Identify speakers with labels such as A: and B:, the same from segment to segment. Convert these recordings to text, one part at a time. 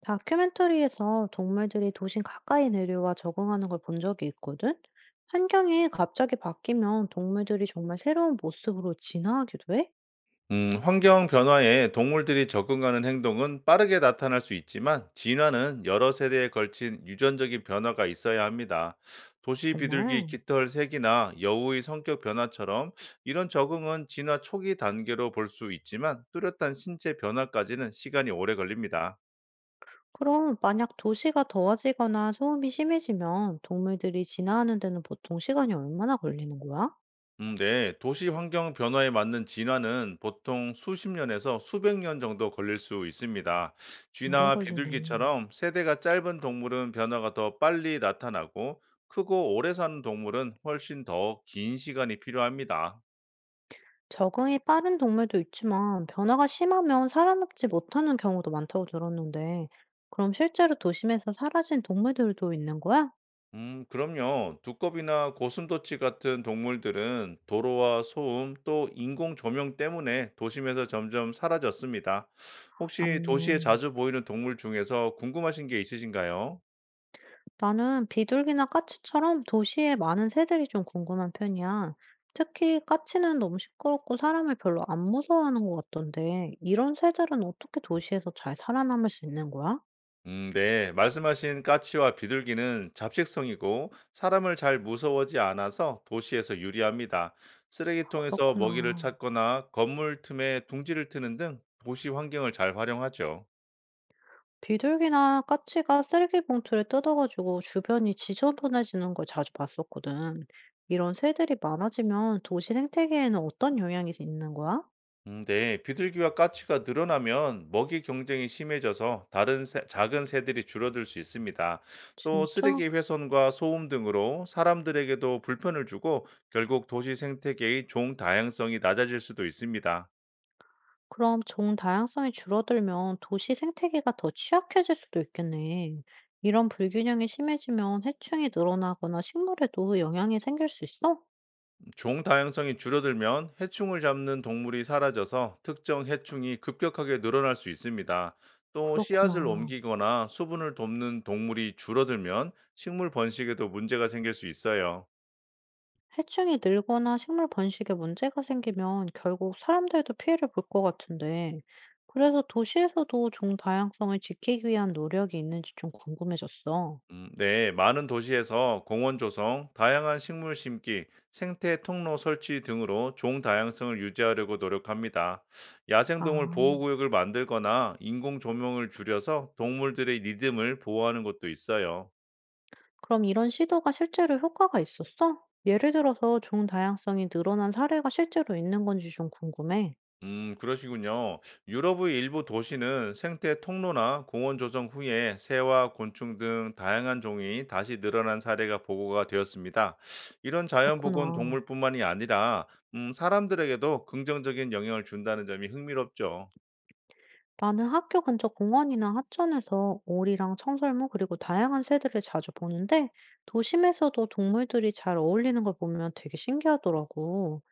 A: 다큐멘터리에서 동물들이 도심 가까이 내려와 적응하는 걸 본 적이 있거든? 환경이 갑자기 바뀌면 동물들이 정말 새로운 모습으로 진화하기도 해?
B: 환경 변화에 동물들이 적응하는 행동은 빠르게 나타날 수 있지만 진화는 여러 세대에 걸친 유전적인 변화가 있어야 합니다. 도시 비둘기
A: 정말?
B: 깃털 색이나 여우의 성격 변화처럼 이런 적응은 진화 초기 단계로 볼 수 있지만 뚜렷한 신체 변화까지는 시간이 오래 걸립니다.
A: 그럼 만약 도시가 더워지거나 소음이 심해지면 동물들이 진화하는 데는 보통 시간이 얼마나 걸리는 거야?
B: 네. 도시 환경 변화에 맞는 진화는 보통 수십 년에서 수백 년 정도 걸릴 수 있습니다.
A: 오래
B: 쥐나
A: 걸리네.
B: 비둘기처럼 세대가 짧은 동물은 변화가 더 빨리 나타나고 크고 오래 사는 동물은 훨씬 더 긴 시간이 필요합니다.
A: 적응이 빠른 동물도 있지만 변화가 심하면 살아남지 못하는 경우도 많다고 들었는데, 그럼 실제로 도심에서 사라진 동물들도 있는 거야?
B: 그럼요. 두꺼비나 고슴도치 같은 동물들은 도로와 소음 또 인공 조명 때문에 도심에서 점점 사라졌습니다. 혹시 도시에
A: 맞네.
B: 자주 보이는 동물 중에서 궁금하신 게 있으신가요?
A: 나는 비둘기나 까치처럼 도시에 많은 새들이 좀 궁금한 편이야. 특히 까치는 너무 시끄럽고 사람을 별로 안 무서워하는 것 같던데, 이런 새들은 어떻게 도시에서 잘 살아남을 수 있는 거야?
B: 네. 말씀하신 까치와 비둘기는 잡식성이고 사람을 잘 무서워하지 않아서 도시에서 유리합니다. 쓰레기통에서 먹이를
A: 그렇구나.
B: 찾거나 건물 틈에 둥지를 트는 등 도시 환경을 잘 활용하죠.
A: 비둘기나 까치가 쓰레기 봉투를 뜯어가지고 주변이 지저분해지는 걸 자주 봤었거든. 이런 새들이 많아지면 도시 생태계에는 어떤 영향이 있는 거야?
B: 네. 비둘기와 까치가 늘어나면 먹이 경쟁이 심해져서 작은 새들이 줄어들 수 있습니다. 또
A: 진짜?
B: 쓰레기 훼손과 소음 등으로 사람들에게도 불편을 주고 결국 도시 생태계의 종 다양성이 낮아질 수도 있습니다.
A: 그럼 종 다양성이 줄어들면 도시 생태계가 더 취약해질 수도 있겠네. 이런 불균형이 심해지면 해충이 늘어나거나 식물에도 영향이 생길 수 있어?
B: 종 다양성이 줄어들면 해충을 잡는 동물이 사라져서 특정 해충이 급격하게 늘어날 수 있습니다. 또 씨앗을
A: 그렇구나.
B: 옮기거나 수분을 돕는 동물이 줄어들면 식물 번식에도 문제가 생길 수 있어요.
A: 해충이 늘거나 식물 번식에 문제가 생기면 결국 사람들도 피해를 볼 것 같은데. 그래서 도시에서도 종 다양성을 지키기 위한 노력이 있는지 좀 궁금해졌어.
B: 네, 많은 도시에서 공원 조성, 다양한 식물 심기, 생태 통로 설치 등으로 종 다양성을 유지하려고 노력합니다. 야생동물
A: 아.
B: 보호구역을 만들거나 인공 조명을 줄여서 동물들의 리듬을 보호하는 것도 있어요.
A: 그럼 이런 시도가 실제로 효과가 있었어? 예를 들어서 종 다양성이 늘어난 사례가 실제로 있는 건지 좀 궁금해.
B: 그러시군요. 유럽의 일부 도시는 생태 통로나 공원 조성 후에 새와 곤충 등 다양한 종이 다시 늘어난 사례가 보고가 되었습니다. 이런 자연복원
A: 그렇구나.
B: 동물뿐만이 아니라 사람들에게도 긍정적인 영향을 준다는 점이 흥미롭죠.
A: 나는 학교 근처 공원이나 하천에서 오리랑 청설모 그리고 다양한 새들을 자주 보는데 도심에서도 동물들이 잘 어울리는 걸 보면 되게 신기하더라고.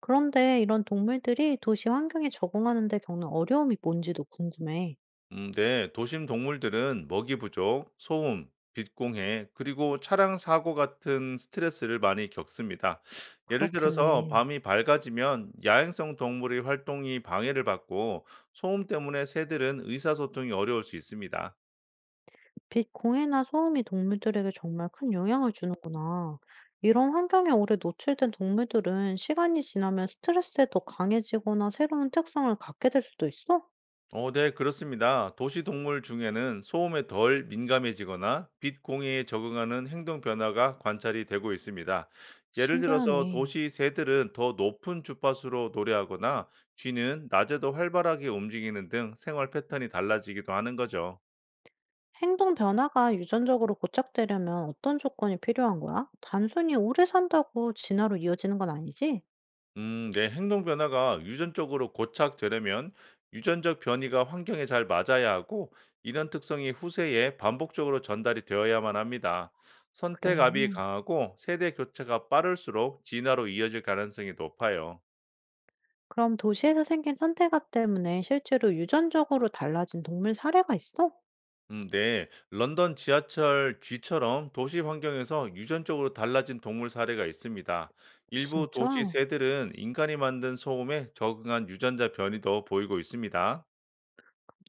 A: 그런데 이런 동물들이 도시 환경에 적응하는 데 겪는 어려움이 뭔지도 궁금해.
B: 네, 도심 동물들은 먹이 부족, 소음, 빛공해, 그리고 차량 사고 같은 스트레스를 많이 겪습니다. 예를 들어서
A: 그렇겠네.
B: 밤이 밝아지면 야행성 동물의 활동이 방해를 받고 소음 때문에 새들은 의사소통이 어려울 수 있습니다.
A: 빛, 공해나 소음이 동물들에게 정말 큰 영향을 주는구나. 이런 환경에 오래 노출된 동물들은 시간이 지나면 스트레스에 더 강해지거나 새로운 특성을 갖게 될 수도 있어?
B: 네, 그렇습니다. 도시 동물 중에는 소음에 덜 민감해지거나 빛 공해에 적응하는 행동 변화가 관찰이 되고 있습니다. 예를 들어서
A: 신기하네.
B: 도시 새들은 더 높은 주파수로 노래하거나 쥐는 낮에도 활발하게 움직이는 등 생활 패턴이 달라지기도 하는 거죠.
A: 행동 변화가 유전적으로 고착되려면 어떤 조건이 필요한 거야? 단순히 오래 산다고 진화로 이어지는 건 아니지?
B: 내 행동 변화가 유전적으로 고착되려면 유전적 변이가 환경에 잘 맞아야 하고 이런 특성이 후세에 반복적으로 전달이 되어야만 합니다.
A: 그래.
B: 선택압이 강하고 세대 교체가 빠를수록 진화로 이어질 가능성이 높아요.
A: 그럼 도시에서 생긴 선택아 때문에 실제로 유전적으로 달라진 동물 사례가 있어?
B: 네. 런던 지하철 쥐처럼 도시 환경에서 유전적으로 달라진 동물 사례가 있습니다. 일부 도시
A: 진짜?
B: 새들은 인간이 만든 소음에 적응한 유전자 변이도 보이고 있습니다.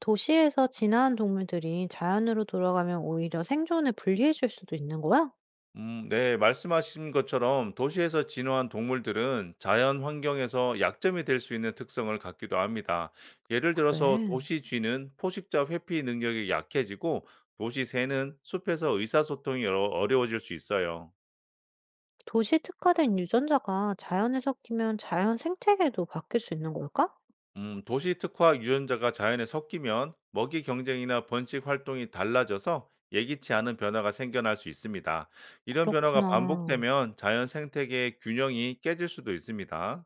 A: 도시에서 진화한 동물들이 자연으로 돌아가면 오히려 생존에 불리해질 수도 있는 거야?
B: 네, 말씀하신 것처럼 도시에서 진화한 동물들은 자연 환경에서 약점이 될 수 있는 특성을 갖기도 합니다. 예를 들어서
A: 그래.
B: 도시 쥐는 포식자 회피 능력이 약해지고 도시 새는 숲에서 의사소통이 어려워질 수 있어요.
A: 도시 특화된 유전자가 자연에 섞이면 자연 생태계도 바뀔 수 있는 걸까?
B: 도시 특화 유전자가 자연에 섞이면 먹이 경쟁이나 번식 활동이 달라져서 예기치 않은 변화가 생겨날 수 있습니다. 이런 변화가
A: 그렇구나.
B: 반복되면 자연 생태계의 균형이 깨질 수도 있습니다.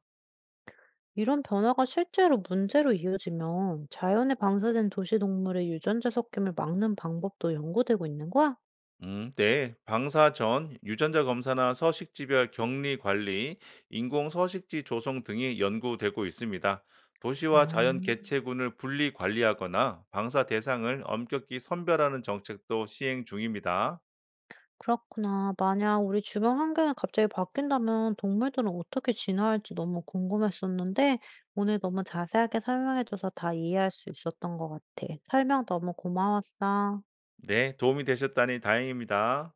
A: 이런 변화가 실제로 문제로 이어지면 자연에 방사된 도시 동물의 유전자 섞임을 막는 방법도 연구되고 있는 거야?
B: 네. 방사 전, 유전자 검사나 서식지별 격리 관리, 인공 서식지 조성 등이 연구되고 있습니다.
A: 아.
B: 도시와 자연 개체군을 분리 관리하거나 방사 대상을 엄격히 선별하는 정책도 시행 중입니다.
A: 그렇구나. 만약 우리 주변 환경이 갑자기 바뀐다면 동물들은 어떻게 진화할지 너무 궁금했었는데 오늘 너무 자세하게 설명해줘서 다 이해할 수 있었던 것 같아. 설명 너무 고마웠어.
B: 네, 도움이 되셨다니 다행입니다.